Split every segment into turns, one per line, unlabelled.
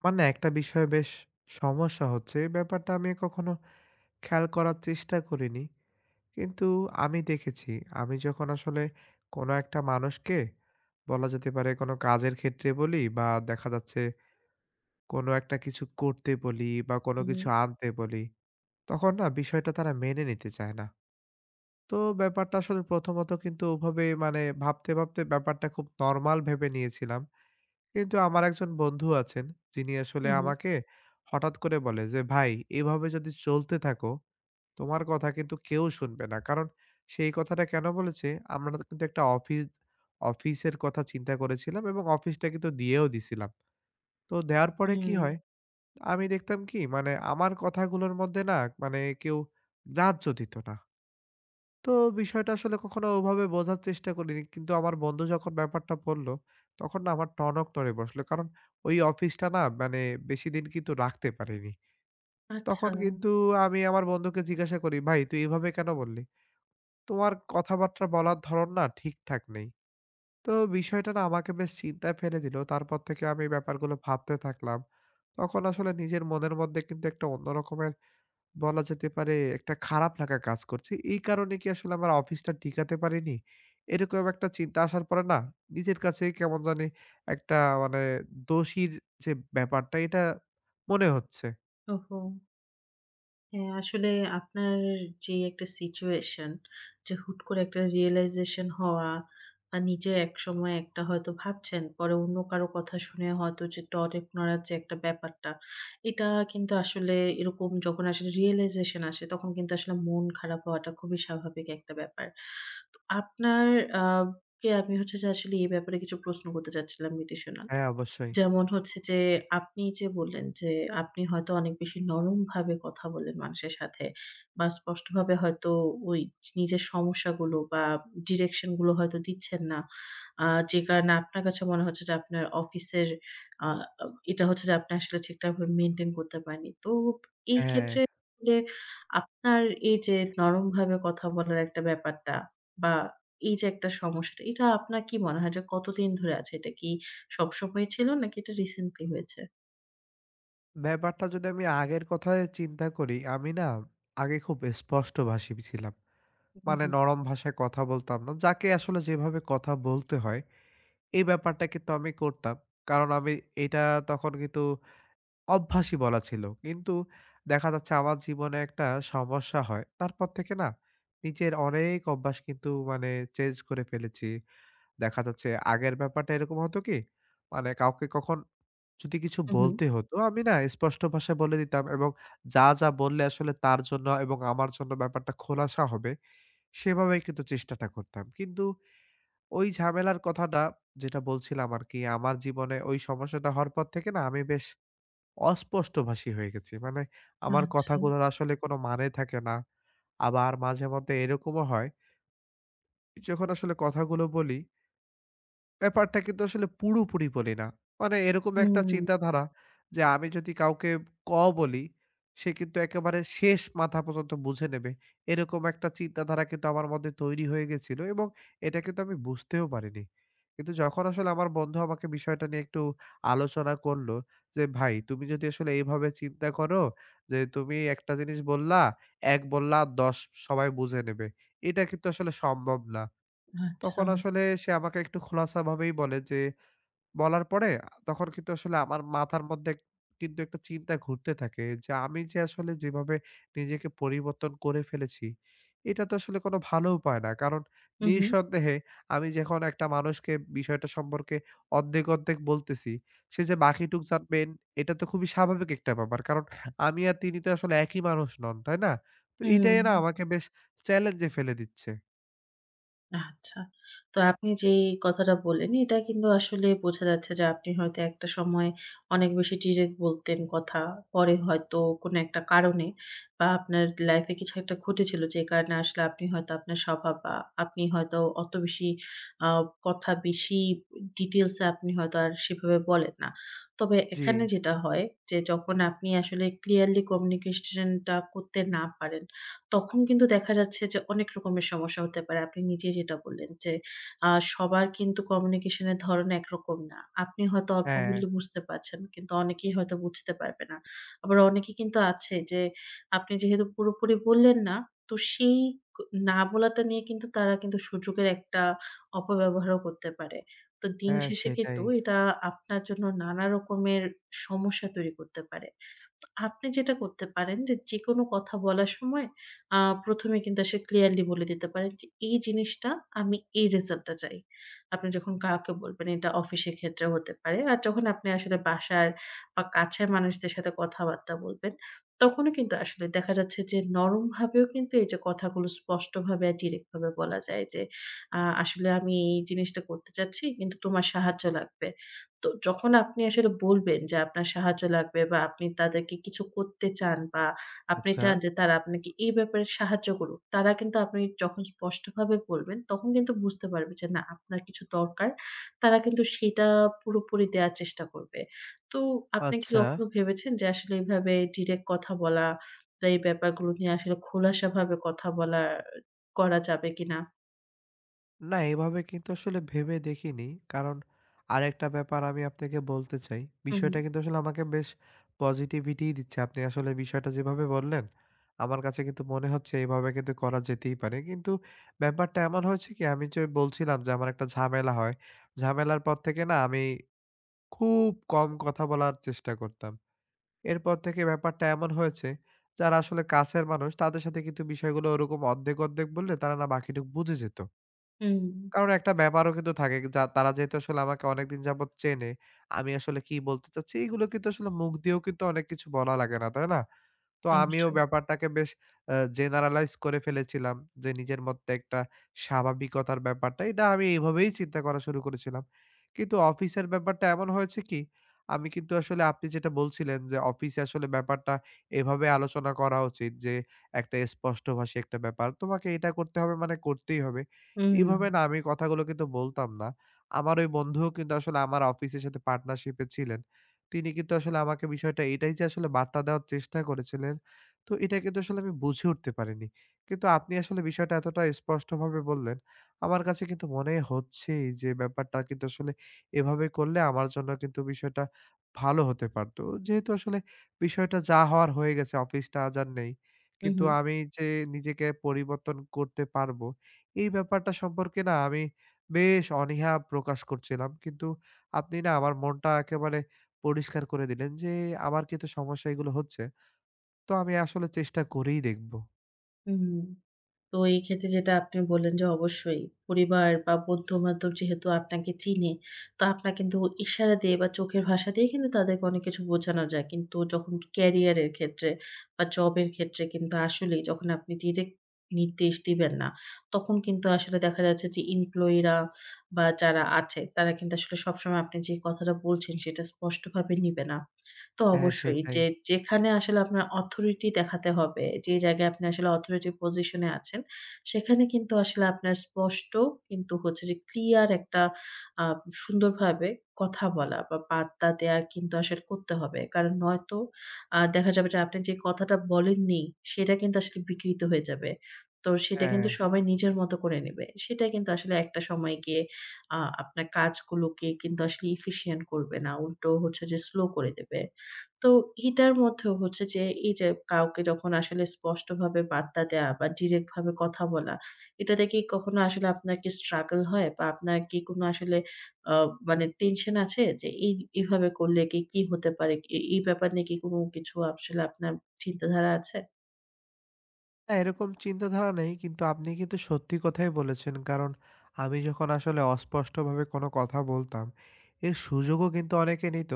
আমার না একটা বিষয়ে বেশ সমস্যা হচ্ছে। এই ব্যাপারটা আমি কখনো খেয়াল করার চেষ্টা করিনি। কিন্তু আমি দেখেছি, আমি যখন আসলে কোনো একটা মানুষকে বলা যেতে পারে কোনো কাজের ক্ষেত্রে বলি বা দেখা যাচ্ছে কোনো একটা কিছু করতে বলি বা কোনো
হুম,
কিছু আনতে বলি, তখন না বিষয়টা তারা মেনে নিতে চায় না। তো ব্যাপারটা আসলে প্রথমত কিন্তু ওভাবে মানে ভাবতে, ভাবতে ব্যাপারটা খুব নরমাল ভেবে নিয়েছিলাম। কিন্তু আমার একজন বন্ধু আছেন, যিনি আসলে
হুম, হুম,
আমাকে হঠাৎ করে বলে যে, "ভাই, এভাবে যদি চলতে থাকো, তোমার কথা কিন্তু কেউ শুনবে না।" কারণ সেই কথাটা কেন বলেছে? আমরা তো কিন্তু একটা অফিসের কথা চিন্তা করেছিলাম এবং অফিসটা কিন্তু দিয়েও দিছিলাম। তো দেওয়ার পরে কি
হুম।
হয়? আমি দেখতাম কি? মানে আমার কথাগুলোর মধ্যে না মানে কেউ গ্রাহ্য দিত না। তো বিষয়টা আসলে কখনো ওভাবে বোঝার চেষ্টা করিনি। কিন্তু আমার বন্ধু যখন ব্যাপারটা বলল, তখন না আমার টনক নড়ে বসলো। কারণ ওই অফিসটা না মানে বেশিদিন কিন্তু রাখতে পারিনি।
আচ্ছা।
তখন কিন্তু আমি আমার বন্ধুকে জিজ্ঞাসা করি, "ভাই তুই এভাবে কেন বললি? তোমার কথাবার্তা বলার ধরন না ঠিকঠাক নেই।" তো বিষয়টা না আমাকে বেশ চিন্তায় ফেলে দিল। তারপর থেকে আমি ব্যাপারগুলো ভাবতে থাকলাম। তখন আসলে নিজের মনের মধ্যে কিন্তু একটা অন্য রকমের বলা যেতে পারে একটা খারাপ লাগা কাজ করছে। এই কারণে কি আসলে আমার অফিসটা টিকাতে পারিনি? এরকম একটা চিন্তা আসার পরে না নিজের কাছে কেমন জানি একটা মানে দোষীর যে ব্যাপারটা এটা মনে হচ্ছে।
ওহো! হ্যাঁ, আসলে আপনার যে একটা সিচুয়েশন যে হুট করে একটা রিয়ালাইজেশন হওয়া বা নিজে একসময় একটা হয়তো ভাবছেন, পরে অন্য কারো কথা শুনে হয়তো যে ডট ignorance যে একটা ব্যাপারটা, এটা কিন্তু আসলে এরকম যখন আসলে রিয়ালাইজেশন আসে তখন কিন্তু আসলে মন খারাপ হওয়াটা খুবই স্বাভাবিক একটা ব্যাপার। তো আপনার আ কে আমি হচ্ছে যে আসলে এই ব্যাপারে কিছু প্রশ্ন করতে চাচ্ছিলাম বিটিশনাল।
হ্যাঁ, অবশ্যই।
যেমন হচ্ছে যে আপনি যে বললেন যে আপনি হয়তো অনেক বেশি নরমভাবে কথা বলেন মানুষের সাথে বা স্পষ্টভাবে হয়তো ওই নিজের সমস্যাগুলো বা ডিরেকশন গুলো হয়তো দিচ্ছেন না। আ যে কারণে আপনার কাছে মনে হচ্ছে যে আপনার অফিসের আ এটা হচ্ছে যে আপনি আসলে ঠিকঠাকভাবে মেইনটেইন করতে পারেননি। তো এই
হ্যাঁ,
ক্ষেত্রে আসলে আপনার এই যে নরমভাবে কথা বলার একটা ব্যাপারটা বা এই যে একটা সমস্যাটা, এটা আপনার কি মনে হয় যে কতদিন ধরে আছে? এটা কি সবসময় ছিল নাকি এটা রিসেন্টলি হয়েছে?
ব্যাপারটা যদি আমি আগের কথায় চিন্তা করি, আমি না আগে খুব স্পষ্টভাষী ছিলাম। মানে নরম ভাষায় কথা বলতাম না। যাকে আসলে যেভাবে কথা বলতে হয়, এই ব্যাপারটা কিন্তু আমি করতাম। কারণ আমি এটা তখন কিন্তু অভ্যাসই বলা ছিল। কিন্তু দেখা যাচ্ছে আমার জীবনে একটা সমস্যা হয়। তারপর থেকে না নিজের অনেক অভ্যাস কিন্তু মানে চেঞ্জ করে ফেলেছি। দেখা যাচ্ছে আগের ব্যাপারটা এরকম হতো কি, মানে কাউকে কখন যদি কিছু
হুম, হুম,
বলতে হতো আমি না স্পষ্ট ভাষায় বলে দিতাম এবং যা, যা বললে আসলে তার জন্য এবং আমার জন্য ব্যাপারটা খোলাসা হবে সেভাবেই কিন্তু চেষ্টাটা করতাম। কিন্তু ওই ঝামেলার কথাটা যেটা বলছিলাম আরকি আমার জীবনে ওই সমস্যাটা হওয়ার পর থেকে না আমি বেশ অস্পষ্টভাষী হয়ে গেছি। মানে আমার
আচ্ছা।
কথাগুলোর আসলে কোনো মানে থাকে না। আবার মাঝে মধ্যে এরকমও হয়, যখন আসলে কথাগুলো বলি ব্যাপারটা কিন্তু আসলে পুরোপুরি বলি না। মানে এরকম একটা
হুম।
চিন্তাধারা যে আমি যদি কাউকে "ক" বলি, সে কিন্তু একেবারে শেষ মাথা পর্যন্ত বুঝে নেবে। এরকম একটা চিন্তাধারা কিন্তু আমার মধ্যে তৈরি হয়ে গেছিল এবং এটা কিন্তু আমি বুঝতেও পারিনি। কিন্তু যখন আসলে আমার বন্ধু আমাকে বিষয়টা নিয়ে একটু আলোচনা করলো যে, "ভাই তুমি যদি আসলে এইভাবে চিন্তা করো যে তুমি একটা জিনিস বললা, ১ বললা ১০ সবাই বুঝে নেবে। এটা কিন্তু আসলে সম্ভব না।"
আচ্ছা।
তখন আসলে সে আমাকে একটু খোলাসাভাবেই বলে যে বলার পরে তখন কিন্তু আসলে আমার মাথার মধ্যে কিন্তু একটা চিন্তা ঘুরতে থাকে যে আমি যে আসলে যেভাবে নিজেকে পরিবর্তন করে ফেলেছি এটা তো আসলে কোনো ভালো উপায় না। কারণ
হু,
নিঃসন্দেহে আমি যখন একটা মানুষকে বিষয়টা সম্পর্কে অর্ধেক অর্ধেক বলতেছি সে যে বাকিটুক জানবেন এটা তো খুবই স্বাভাবিক একটা ব্যাপার। কারণ আমি আর তিনি তো আসলে একই মানুষ নন, তাই না? তো
হু।
এটাই না আমাকে বেশ চ্যালেঞ্জে ফেলে দিচ্ছে।
আচ্ছা। তো আপনি যেই কথাটা বললেন, এটা কিন্তু আসলে বোঝা যাচ্ছে যে আপনি হয়তো একটা সময় অনেক বেশি ডিরেক্ট বলতেন কথা। পরে হয়তো কোনো একটা কারণে বা আপনার লাইফে কিছু একটা ঘটেছিল যে কারণে আসলে আপনি হয়তো আপনার স্বভাব বা আপনি হয়তো অত বেশি আ কথা বেশি ডিটেইলস এ আপনি হয়তো আর সেভাবে বলেন না। তবে
জি।
এখানে যেটা হয় যে যখন আপনি আসলে ক্লিয়ারলি কমিউনিকেশন টা করতে না পারেন তখন কিন্তু দেখা যাচ্ছে যে অনেক রকমের সমস্যা হতে পারে। আপনি নিজেই যেটা বললেন যে সবার কিন্তু কমিউনিকেশন এর ধরন একরকম না। আপনি হয়তো অল্প
হ্যাঁ।
বললে বুঝতে পারছেন, কিন্তু অনেকেই হয়তো বুঝতে পারবে না। আবার অনেকে কিন্তু আছে যে আপনি যেহেতু পুরোপুরি বললেন না, তো সেই ক না বলাটা নিয়ে কিন্তু তারা কিন্তু সুযোগের একটা অপব্যবহারও করতে পারে। তো দিন
হ্যাঁ,
শেষে কিন্তু
সেটাই।
এটা আপনার জন্য নানা রকমের সমস্যা তৈরি করতে পারে। আপনি যেটা করতে পারেন যে, যেকোনো কথা বলার সময় আ ১ম এ কিন্তু আসলে ক্লিয়ারলি বলে দিতে পারেন যে, "এই জিনিসটা আমি এই রেজাল্টটা চাই।" আপনি যখন কাউকে বলবেন এটা অফিসের ক্ষেত্রে হতে পারে। আর যখন আপনি আসলে বাসার বা কাছের মানুষদের সাথে কথাবার্তা বলবেন, তখনও কিন্তু আসলে দেখা যাচ্ছে যে, নরমভাবেও কিন্তু এই যে কথাগুলো স্পষ্টভাবে আর ডিরেক্ট ভাবে বলা যায় যে, আসলে আমি এই জিনিসটা করতে চাচ্ছি কিন্তু তোমার সাহায্য লাগবে।" তো যখন আপনি আসলে বলবেন যে আপনার সাহায্য লাগবে বা আপনি তাদেরকে কিছু করতে চান বা আপনি
আচ্ছা,
চান যে তারা আপনাকে এই ব্যাপারে সাহায্য করুক, তারা কিন্তু আপনি যখন স্পষ্টভাবে বলবেন তখন কিন্তু বুঝতে পারবে যে না আপনার কিছু দরকার। তারা কিন্তু সেটা পুরোপুরি দেয়ার চেষ্টা করবে। তো আপনি কি
আচ্ছা।
কখনো ভেবেছেন যে আসলে এভাবে ডিরেক্ট কথা বলা বা এই ব্যাপারগুলো নিয়ে আসলে খোলাসাভাবে কথা বলা করা যাবে কিনা?
না, এভাবে কিন্তু আসলে ভেবে দেখিনি। কারণ আরেকটা ব্যাপার আমি আপনাকে বলতে চাই।
হুম,
বিষয়টা কিন্তু আসলে আমাকে বেশ পজিটিভিটিই দিচ্ছে। আপনি আসলে বিষয়টা যেভাবে বললেন, আমার কাছে কিন্তু মনে হচ্ছে এভাবে কিন্তু করা যেতেই পারে। কিন্তু ব্যাপারটা এমন হয়েছে কি আমি যে বলছিলাম যে আমার একটা ঝামেলা হয়। ঝামেলার পর থেকে না আমি খুব কম কথা বলার চেষ্টা করতাম। এরপর থেকে ব্যাপারটা এমন হয়েছে, যারা আসলে কাছের মানুষ তাদের সাথে কিন্তু বিষয়গুলো ওরকম অর্ধেক, অর্ধেক বললে তারা না বাকিটুকু বুঝে যেত।
হুম, হুম,
কারণ একটা ব্যাপারও কিন্তু থাকে যা তারা যেহেতু আসলে আমাকে অনেকদিন যাবৎ চেনে, আমি আসলে কি বলতে চাচ্ছি এগুলো কিন্তু আসলে মুখ দিয়েও কিন্তু অনেক কিছু বলা লাগে না, তাই না? তো আমিও
অবশ্যই।
ব্যাপারটাকে বেশ জেনারালাইজ করে ফেলেছিলাম যে নিজের মধ্যে একটা স্বাভাবিকতার ব্যাপারটা, এটা আমি এভাবেই চিন্তা করা শুরু করেছিলাম। কিন্তু অফিসের ব্যাপারটা এমন হয়েছে কি, আমি কিন্তু আসলে আপনি যেটা বলছিলেন যে অফিসে আসলে ব্যাপারটা এভাবে আলোচনা করা উচিত যে একটা স্পষ্টভাষী একটা ব্যাপার। তোমাকে এটা করতে হবে মানে করতেই হবে।
হুম,
এভাবে না আমি কথাগুলো কিন্তু বলতাম না। আমার ওই বন্ধুও কিন্তু আসলে আমার অফিসের সাথে পার্টনারশিপ এ ছিলেন। তিনি কিন্তু আসলে আমাকে বিষয়টা এটাই যে আসলে বার্তা দেওয়ার চেষ্টা করেছিলেন, তো এটা কিন্তু আসলে আমি বুঝে উঠতে পারিনি। কিন্তু আপনি আসলে বিষয়টা এতটা স্পষ্টভাবে বললেন, আমার কাছে কিন্তু মনে হচ্ছেই যে ব্যাপারটা কিন্তু আসলে এভাবে করলে আমার জন্য কিন্তু বিষয়টা ভালো হতে পারতো। যেহেতু আসলে বিষয়টা যা হওয়ার হয়ে গেছে, অফিসটা আজ আর নেই।
হুম,
কিন্তু
হুম,
আমি যে নিজেকে পরিবর্তন করতে পারবো, এই ব্যাপারটা সম্পর্কে না আমি বেশ অনীহা প্রকাশ করছিলাম। কিন্তু আপনি না আমার মনটা একেবারে পরিষ্কার করে দিলেন যে, আমার কিন্তু সমস্যা এগুলো হচ্ছে। তো আমি আসলে চেষ্টা করেই দেখব।
হুম। তো এই ক্ষেত্রে যেটা আপনি বললেন যে অবশ্যই পরিবার বা বন্ধু-বান্ধব যেহেতু আপনাকে চিনে, তো আপনার কিন্তু ইশারা দিয়ে বা চোখের ভাষা দিয়ে কিন্তু তাদেরকে অনেক কিছু বোঝানো যায়। কিন্তু যখন ক্যারিয়ারের ক্ষেত্রে বা জবের ক্ষেত্রে কিন্তু আসলেই যখন আপনি ডিরেক্ট নির্দেশ দিবেন না, তখন কিন্তু আসলে দেখা যাচ্ছে যে এমপ্লয়িরা বা যারা আছে তারা কিন্তু আসলে সবসময় আপনি যে কথাটা বলছেন সেটা স্পষ্টভাবে নিবে না। তো
হ্যাঁ,
অবশ্যই
সেটাই।
যে যেখানে আসলে আপনার অথরিটি দেখাতে হবে, যে জায়গায় আপনি আসলে অথরিটি পজিশন এ আছেন সেখানে কিন্তু আসলে আপনার স্পষ্ট কিন্তু হচ্ছে যে ক্লিয়ার একটা আ সুন্দরভাবে কথা বলা বা বার্তা দেয়া কিন্তু আসলে করতে হবে। কারণ নয়তো দেখা যাবে যে আপনি যে কথাটা বলেননি, সেটা কিন্তু আসলে বিকৃত হয়ে যাবে। তো সেটা কিন্তু
হ্যাঁ।
সবাই নিজের মতো করে নেবে। সেটা কিন্তু আসলে একটা সময় গিয়ে আপনার কাজগুলোকে কিন্তু আসলে efficient করবে না। উল্টো হচ্ছে যে স্লো করে দেবে। তো এটার মধ্যেও হচ্ছে যে এই যে কাউকে যখন আসলে স্পষ্টভাবে বার্তা দেয়া বা ডিরেক্ট ভাবে কথা বলা, এটাতে কি কখনো আসলে আপনার কি স্ট্রাগল হয়? বা আপনার কি কোনো আসলে আ মানে টেনশন আছে যে এই এভাবে করলে কি, কি হতে পারে? এই ব্যাপার নিয়ে কি কোনো কিছু আসলে আপনার চিন্তাধারা আছে?
না, এরকম চিন্তাধারা নেই। কিন্তু আপনি কিন্তু সত্যি কথাই বলেছেন। কারণ আমি যখন আসলে অস্পষ্টভাবে কোনো কথা বলতাম, এর সুযোগও কিন্তু অনেকে নিত।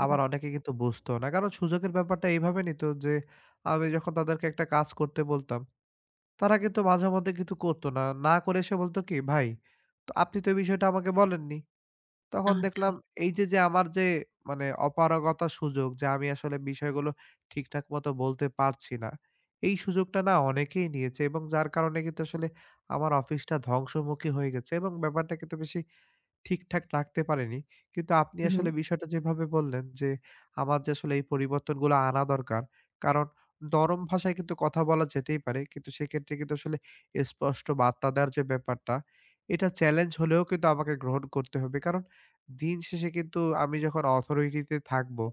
হুম।
আবার অনেকে কিন্তু বুঝতো না। কারণ সুযোগের ব্যাপারটা এইভাবে নিত যে, আমি যখন তাদেরকে একটা কাজ করতে বলতাম, তারা কিন্তু মাঝেমধ্যে কিন্তু করত না। না করে এসে বলত কি, "ভাই, তো আপনি তো এই বিষয়টা আমাকে বলেননি।" তখন
আচ্ছা।
দেখলাম এই যে, যে আমার যে মানে অপারগতার সুযোগ যে আমি আসলে বিষয়গুলো ঠিকঠাক মতো বলতে পারছি না। এই সুযোগটা না অনেকেই নিয়েছে এবং যার কারণে কিন্তু আসলে আমার অফিসটা ধ্বংসমুখী হয়ে গেছে এবং ব্যাপারটা কিন্তু বেশি ঠিকঠাক রাখতে পারিনি। কিন্তু আপনি
হুম,
আসলে বিষয়টা যেভাবে বললেন যে, আমার যে আসলে এই পরিবর্তনগুলো আনা দরকার। কারণ নরম ভাষায় কিন্তু কথা বলা যেতেই পারে। কিন্তু সেক্ষেত্রে কিন্তু আসলে স্পষ্ট বার্তা দেওয়ার যে ব্যাপারটা, এটা চ্যালেঞ্জ হলেও কিন্তু আমাকে গ্রহণ করতে হবে। কারণ দিন শেষে কিন্তু আমি যখন অথরিটিতে থাকবো,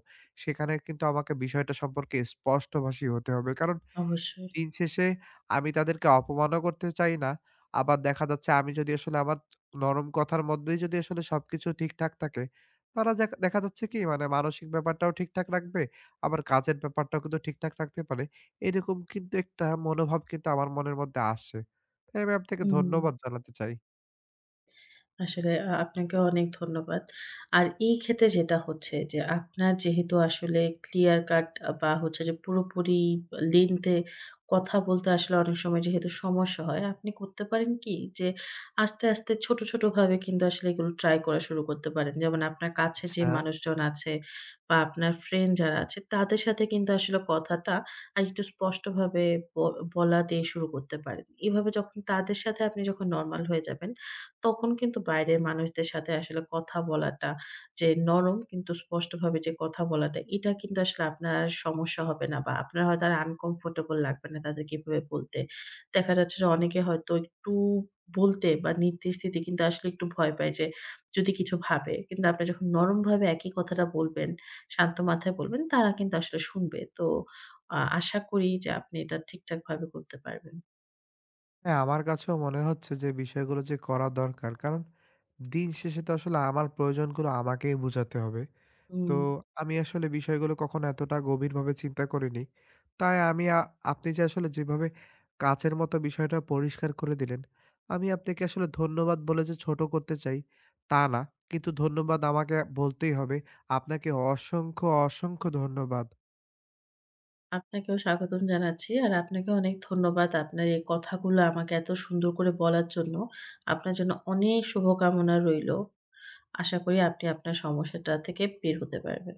সেখানে কিন্তু আমাকে বিষয়টা সম্পর্কে স্পষ্টভাষী হতে হবে। কারণ
অবশ্যই।
দিন শেষে আমি তাদেরকে অপমানও করতে চাই না। আবার দেখা যাচ্ছে আমি যদি আসলে আমার নরম কথার মধ্যেই যদি আসলে সবকিছু ঠিকঠাক থাকে, তারা যাক দেখা যাচ্ছে কি মানে মানসিক ব্যাপারটাও ঠিকঠাক রাখবে, আবার কাজের ব্যাপারটাও কিন্তু ঠিকঠাক রাখতে পারে। এরকম কিন্তু একটা মনোভাব কিন্তু আমার মনের মধ্যে আসে। তাই আমি আপনাকে
হুম।
ধন্যবাদ জানাতে চাই।
আসলে আপনাকে অনেক ধন্যবাদ। আর এই ক্ষেত্রে যেটা হচ্ছে যে আপনার যেহেতু আসলে ক্লিয়ার কাট বা হচ্ছে যে পুরোপুরি লেনথে কথা বলতে আসলে অনেক সময় যেহেতু সমস্যা হয়, আপনি করতে পারেন কি যে আস্তে, আস্তে ছোট, ছোট ভাবে কিন্তু আসলে এগুলো ট্রাই করা শুরু করতে পারেন। যেমন আপনার কাছে যে
আচ্ছা।
মানুষজন আছে বা আপনার ফ্রেন্ড যারা আছে তাদের সাথে কিন্তু আসলে কথাটা আরেকটু স্পষ্টভাবে ব বলা দিয়ে শুরু করতে পারেন। এভাবে যখন তাদের সাথে আপনি যখন নরমাল হয়ে যাবেন তখন কিন্তু বাইরের মানুষদের সাথে আসলে কথা বলাটা যে নরম কিন্তু স্পষ্টভাবে যে কথা বলাটা, এটা কিন্তু আসলে আপনার আর সমস্যা হবে না বা আপনার হয়তো আর uncomfortable লাগবে না তাদেরকে এভাবে বলতে। দেখা যাচ্ছে যে অনেকে হয়তো একটু বলতে বা নির্দিষ্ট দিতে কিন্তু আসলে একটু ভয় পায় যে যদি কিছু ভাবে। কিন্তু আপনি যখন নরমভাবে একই কথাটা বলবেন, শান্ত মাথায় বলবেন, তারা কিন্তু আসলে শুনবে। তো আশা করি যে আপনি এটা ঠিকঠাকভাবে করতে পারবেন।
হ্যাঁ, আমার কাছেও মনে হচ্ছে যে বিষয়গুলো যে করা দরকার। কারণ দিন শেষে তো আসলে আমার প্রয়োজনগুলো আমাকেই বুঝাতে হবে। তো
হুম।
আমি আসলে বিষয়গুলো কখনো এতটা গভীরভাবে চিন্তা করিনি। তাই আমি আপনি যে আসলে যেভাবে কাঁচের মতো বিষয়টা পরিষ্কার করে দিলেন, আমি আপনাকে আসলে ধন্যবাদ বলে যে ছোট করতে চাই, তা না। কিন্তু ধন্যবাদ আমাকে বলতেই হবে। আপনাকে অসংখ্য, অসংখ্য ধন্যবাদ।
আপনাকেও স্বাগতম জানাচ্ছি। আর আপনাকে অনেক ধন্যবাদ আপনার এই কথাগুলো আমাকে এত সুন্দর করে বলার জন্য। আপনার জন্য অনেক শুভকামনা রইলো। আশা করি আপনি আপনার সমস্যাটা থেকে বের হতে পারবেন।